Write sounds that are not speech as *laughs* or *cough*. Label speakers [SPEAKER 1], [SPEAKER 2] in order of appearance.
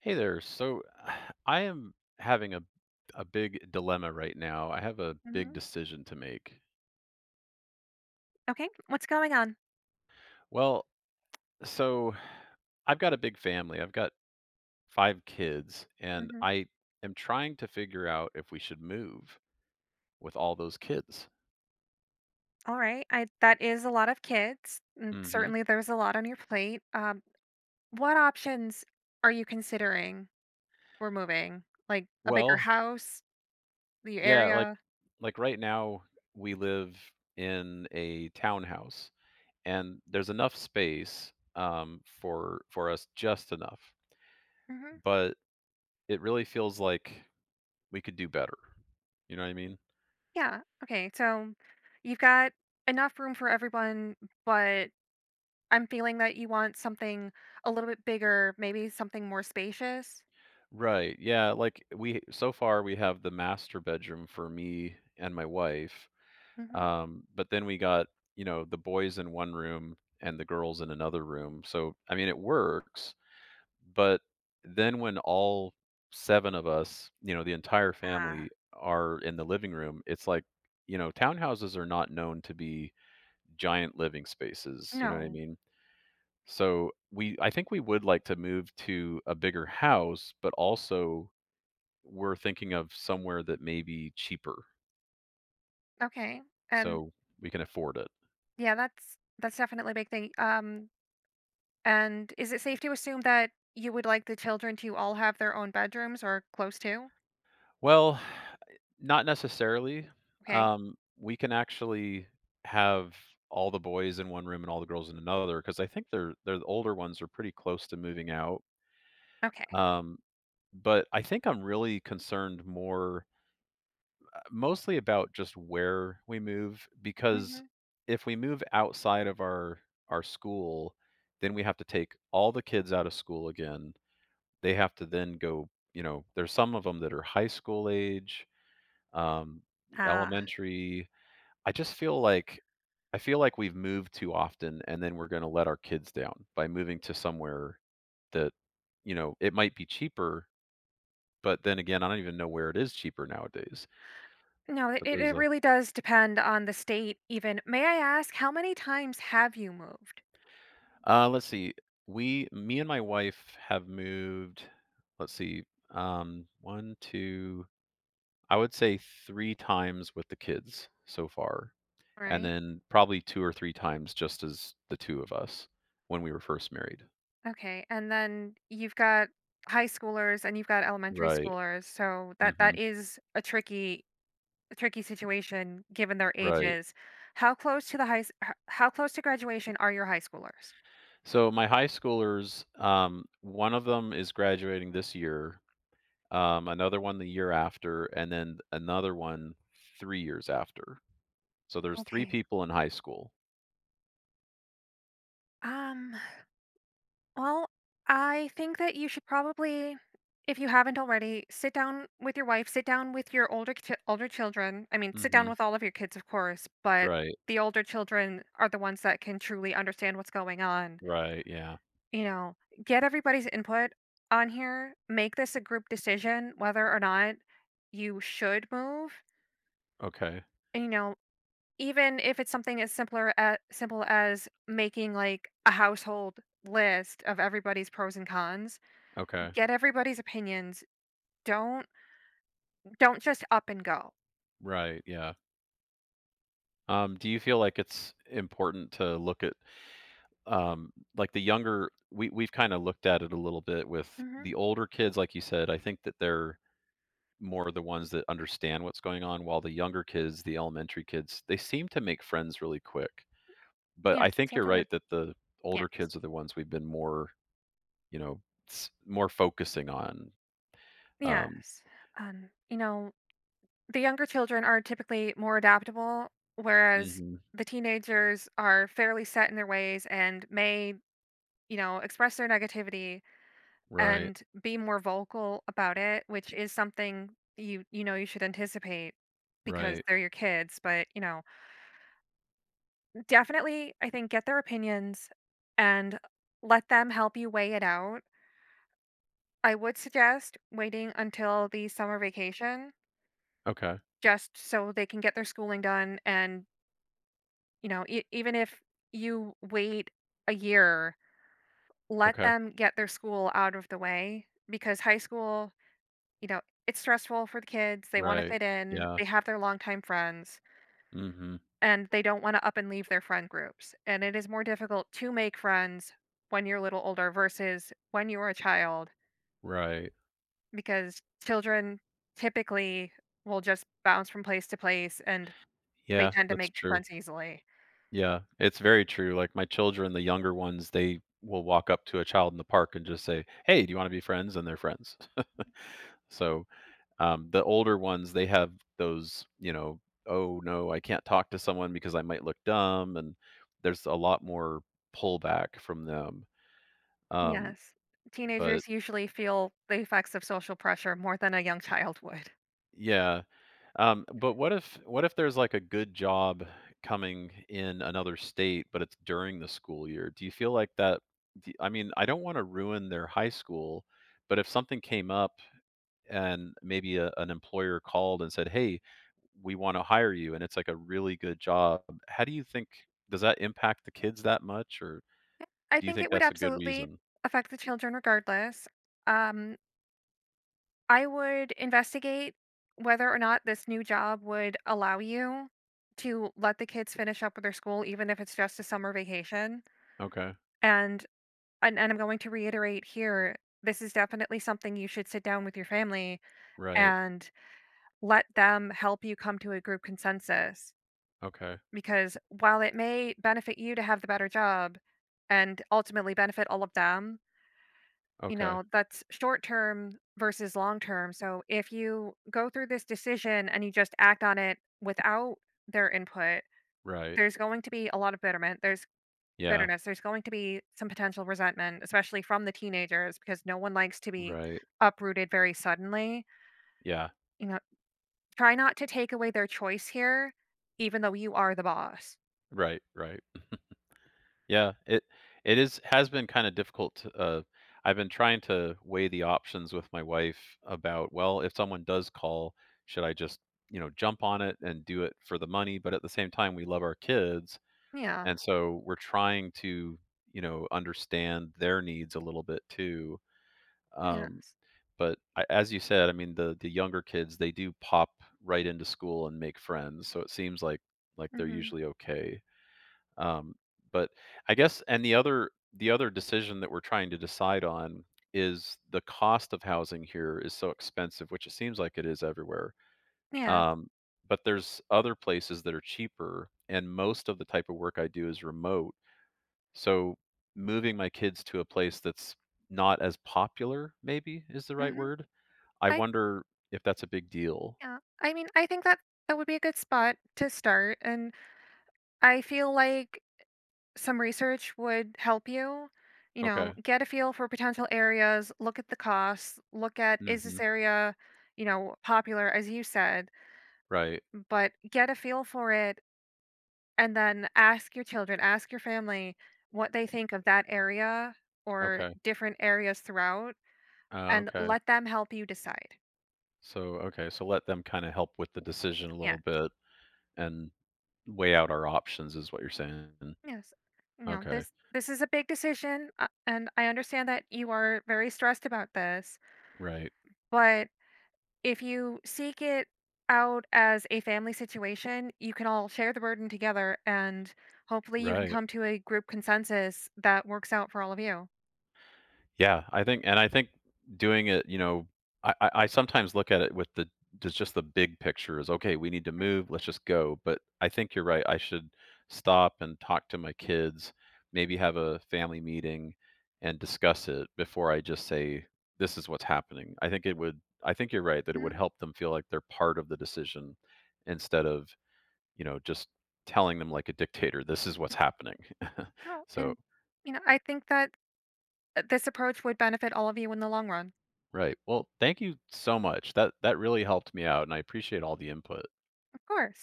[SPEAKER 1] Hey there. So *sighs* I am having a big dilemma right now. I have a big
[SPEAKER 2] Mhm.
[SPEAKER 1] decision to make.
[SPEAKER 2] Okay, what's going on?
[SPEAKER 1] Well, so *sighs* I've got a big family. I've got 5 kids and
[SPEAKER 2] Mhm.
[SPEAKER 1] I am trying to figure out if we should move with all those kids.
[SPEAKER 2] All right, I that is a lot of kids, and
[SPEAKER 1] Mhm.
[SPEAKER 2] certainly there's a lot on your plate. What options are you considering for moving? Like a bigger
[SPEAKER 1] Well,
[SPEAKER 2] house, the
[SPEAKER 1] yeah, like
[SPEAKER 2] area?
[SPEAKER 1] like right now we live in a townhouse and there's enough space for us just enough.
[SPEAKER 2] Mhm.
[SPEAKER 1] But it really feels like we could do better. You know what I mean?
[SPEAKER 2] Yeah. Okay, so you've got enough room for everyone, but I'm feeling that you want something a little bit bigger, maybe something more spacious.
[SPEAKER 1] Right, yeah, like, we so far, we have the master bedroom for me and my wife,
[SPEAKER 2] Hmm.
[SPEAKER 1] but then we got, you know, the boys in one room and the girls in another room, so, I mean, it works, but then when all 7 of us, you know, the entire
[SPEAKER 2] Ah,
[SPEAKER 1] family are in the living room, it's like, you know, townhouses are not known to be giant living spaces, you know what I
[SPEAKER 2] no.
[SPEAKER 1] mean? So we I think we would like to move to a bigger house, but also we're thinking of somewhere that may be cheaper
[SPEAKER 2] Okay. And,
[SPEAKER 1] so we can afford it.
[SPEAKER 2] yeah, that's definitely a big thing. And is it safe to assume that you would like the children to all have their own bedrooms or close to?
[SPEAKER 1] Well, *sighs* not necessarily.
[SPEAKER 2] Okay.
[SPEAKER 1] We can actually have all the boys in one room and all the girls in another because I think the older ones are pretty close to moving out.
[SPEAKER 2] Okay.
[SPEAKER 1] Um, but I think I'm really concerned more mostly about just where we move, because
[SPEAKER 2] Hmm.
[SPEAKER 1] if we move outside of our school, then we have to take all the kids out of school again. They have to then go, you know, there's some of them that are high school age, um,
[SPEAKER 2] Ah,
[SPEAKER 1] elementary. I just feel like I feel like we've moved too often and then we're going to let our kids down by moving to somewhere that, you know, it might be cheaper, but then again, I don't even know where it is cheaper nowadays.
[SPEAKER 2] no, it,
[SPEAKER 1] But
[SPEAKER 2] it
[SPEAKER 1] there's
[SPEAKER 2] it
[SPEAKER 1] a
[SPEAKER 2] really does depend on the state, even. May I ask, how many times have you moved?
[SPEAKER 1] Let's see. We, me and my wife have moved, let's see, um, one, two, I would say three times with the kids so far. And
[SPEAKER 2] Right.
[SPEAKER 1] then probably two or three times just as the two of us when we were first married.
[SPEAKER 2] Okay. And then you've got high schoolers and you've got elementary
[SPEAKER 1] Right.
[SPEAKER 2] schoolers. So that
[SPEAKER 1] Hmm.
[SPEAKER 2] that is a tricky situation given their
[SPEAKER 1] Right.
[SPEAKER 2] ages. How close to graduation are your high schoolers?
[SPEAKER 1] So my high schoolers, one of them is graduating this year, another one the year after, and then another one 3 years after. So there's three
[SPEAKER 2] Okay.
[SPEAKER 1] people in high school.
[SPEAKER 2] Um Well, I think that you should probably, if you haven't already, sit down with your wife, sit down with your older children. I mean, sit down
[SPEAKER 1] Hmm.
[SPEAKER 2] with all of your kids, of course, but
[SPEAKER 1] Right,
[SPEAKER 2] the older children are the ones that can truly understand what's going on.
[SPEAKER 1] right, yeah.
[SPEAKER 2] You know, get everybody's input on here, make this a group decision whether or not you should move.
[SPEAKER 1] Okay,
[SPEAKER 2] And, even if it's something as simple as making like a household list of everybody's pros and cons.
[SPEAKER 1] okay,
[SPEAKER 2] Get everybody's opinions. Don't don't just up and go.
[SPEAKER 1] right, yeah. Do you feel like it's important to look at, um, like the younger we we've kinda looked at it a little bit with
[SPEAKER 2] Mhm.
[SPEAKER 1] the older kids, like you said, I think that they're more the ones that understand what's going on, while the younger kids, the elementary kids, they seem to make friends really quick. But I
[SPEAKER 2] Yes,
[SPEAKER 1] think you're
[SPEAKER 2] children are,
[SPEAKER 1] right that the
[SPEAKER 2] yes.
[SPEAKER 1] older kids are the ones we've been more, you know, s more focusing on. Um.
[SPEAKER 2] Yes. Um, you know, the younger children are typically more adaptable, whereas
[SPEAKER 1] Mhm.
[SPEAKER 2] the teenagers are fairly set in their ways and may express their negativity
[SPEAKER 1] Right,
[SPEAKER 2] and be more vocal about it, which is something you know you should anticipate because
[SPEAKER 1] right.
[SPEAKER 2] they're your kids. Definitely, I think get their opinions and let them help you weigh it out. I would suggest waiting until the summer vacation
[SPEAKER 1] Okay,
[SPEAKER 2] just so they can get their schooling done. And, even if you wait a year, let
[SPEAKER 1] okay.
[SPEAKER 2] them get their school out of the way because high school, you know, it's stressful for the kids. They want to
[SPEAKER 1] Right.
[SPEAKER 2] fit in,
[SPEAKER 1] Yeah.
[SPEAKER 2] they have their longtime friends.
[SPEAKER 1] Mhm.
[SPEAKER 2] And they don't want to up and leave their friend groups. And it is more difficult to make friends when you're a little older versus when you are a child
[SPEAKER 1] Right.
[SPEAKER 2] because children typically will just bounce from place to place and they
[SPEAKER 1] Yeah,
[SPEAKER 2] tend to
[SPEAKER 1] that's
[SPEAKER 2] make
[SPEAKER 1] true.
[SPEAKER 2] friends easily.
[SPEAKER 1] Yeah, it's very true. Like, my children, the younger ones, they will walk up to a child in the park and just say, "Hey, do you wanna be friends?" And they're friends. *laughs* So, the older ones, they have those, you know, "Oh, no, I can't talk to someone because I might look dumb," and there's a lot more pullback from them. Um,
[SPEAKER 2] Yes.
[SPEAKER 1] but
[SPEAKER 2] Teenagers usually feel the effects of social pressure more than a young child would.
[SPEAKER 1] yeah. But what if there's like a good job coming in another state, but it's during the school year? Do you feel like that? I mean, I don't want to ruin their high school, but if something came up and maybe an employer called and said, "Hey, we want to hire you," and it's like a really good job, how do you think does that impact the kids that much, or
[SPEAKER 2] I
[SPEAKER 1] do you
[SPEAKER 2] think
[SPEAKER 1] think
[SPEAKER 2] it would
[SPEAKER 1] that's a good
[SPEAKER 2] absolutely
[SPEAKER 1] reason?
[SPEAKER 2] affect the children regardless. Um, I would investigate whether or not this new job would allow you to let the kids finish up with their school, even if it's just a summer vacation.
[SPEAKER 1] Okay,
[SPEAKER 2] And and I'm going to reiterate here this is definitely something you should sit down with your family
[SPEAKER 1] right.
[SPEAKER 2] and let them help you come to a group consensus.
[SPEAKER 1] Okay,
[SPEAKER 2] Because while it may benefit you to have the better job and ultimately benefit all of them,
[SPEAKER 1] okay,
[SPEAKER 2] that's short term versus long term. So if you go through this decision and you just act on it without their input,
[SPEAKER 1] right.
[SPEAKER 2] there's going to be a lot of bitterment there's
[SPEAKER 1] Yeah,
[SPEAKER 2] bitterness, there's going to be some potential resentment, especially from the teenagers, because no one likes to be
[SPEAKER 1] right.
[SPEAKER 2] uprooted very suddenly.
[SPEAKER 1] Yeah,
[SPEAKER 2] you know Try not to take away their choice here, even though you are the boss.
[SPEAKER 1] right, right. Yeah, it is has been kinda difficult to, I've been trying to weigh the options with my wife about, well, if someone does call, should I just, you know, jump on it and do it for the money? But at the same time, we love our kids,
[SPEAKER 2] Yeah.
[SPEAKER 1] and so we're trying to, you know, understand their needs a little bit too.
[SPEAKER 2] Yeah.
[SPEAKER 1] Um, but I, as you said, I mean, the younger kids, they do pop right into school and make friends, so it seems like they're
[SPEAKER 2] Hmm.
[SPEAKER 1] usually okay. Um, but I guess and the other decision that we're trying to decide on is the cost of housing here is so expensive, which it seems like it is everywhere.
[SPEAKER 2] Yes.
[SPEAKER 1] Um, but there's other places that are cheaper, and most of the type of work I do is remote. So moving my kids to a place that's not as popular, maybe is the right
[SPEAKER 2] Hmm.
[SPEAKER 1] word. I
[SPEAKER 2] I
[SPEAKER 1] wonder if that's a big deal.
[SPEAKER 2] Yeah, I mean, I think that that would be a good spot to start. And I feel like some research would help you,
[SPEAKER 1] Okay.
[SPEAKER 2] get a feel for potential areas, look at the costs, look at is
[SPEAKER 1] Hmm.
[SPEAKER 2] this area, popular as you said,
[SPEAKER 1] Right.
[SPEAKER 2] but get a feel for it and then ask your children, ask your family what they think of that area or
[SPEAKER 1] Okay.
[SPEAKER 2] different areas throughout and
[SPEAKER 1] Okay.
[SPEAKER 2] let them help you decide.
[SPEAKER 1] So, okay, so let them kinda help with the decision a
[SPEAKER 2] Yeah.
[SPEAKER 1] little bit and weigh out our options is what you're saying.
[SPEAKER 2] Yes. You know,
[SPEAKER 1] Okay.
[SPEAKER 2] this this is a big decision, and I understand that you are very stressed about this.
[SPEAKER 1] Right.
[SPEAKER 2] But if you seek it out as a family situation, you can all share the burden together, and hopefully you can
[SPEAKER 1] Right.
[SPEAKER 2] come to a group consensus that works out for all of you.
[SPEAKER 1] Yeah, I think doing it, you know, I sometimes look at it with there's just the big picture is, "Okay, we need to move, let's just go." But I think you're right, I should stop and talk to my kids, maybe have a family meeting and discuss it before I just say, "This is what's happening." I think you're right that it would
[SPEAKER 2] Mhm.
[SPEAKER 1] help them feel like they're part of the decision instead of, you know, just telling them like a dictator, "This is what's happening." *laughs*
[SPEAKER 2] No,
[SPEAKER 1] So,
[SPEAKER 2] and I think that this approach would benefit all of you in the long run.
[SPEAKER 1] right. Well, thank you so much. That really helped me out, and I appreciate all the input.
[SPEAKER 2] Of course.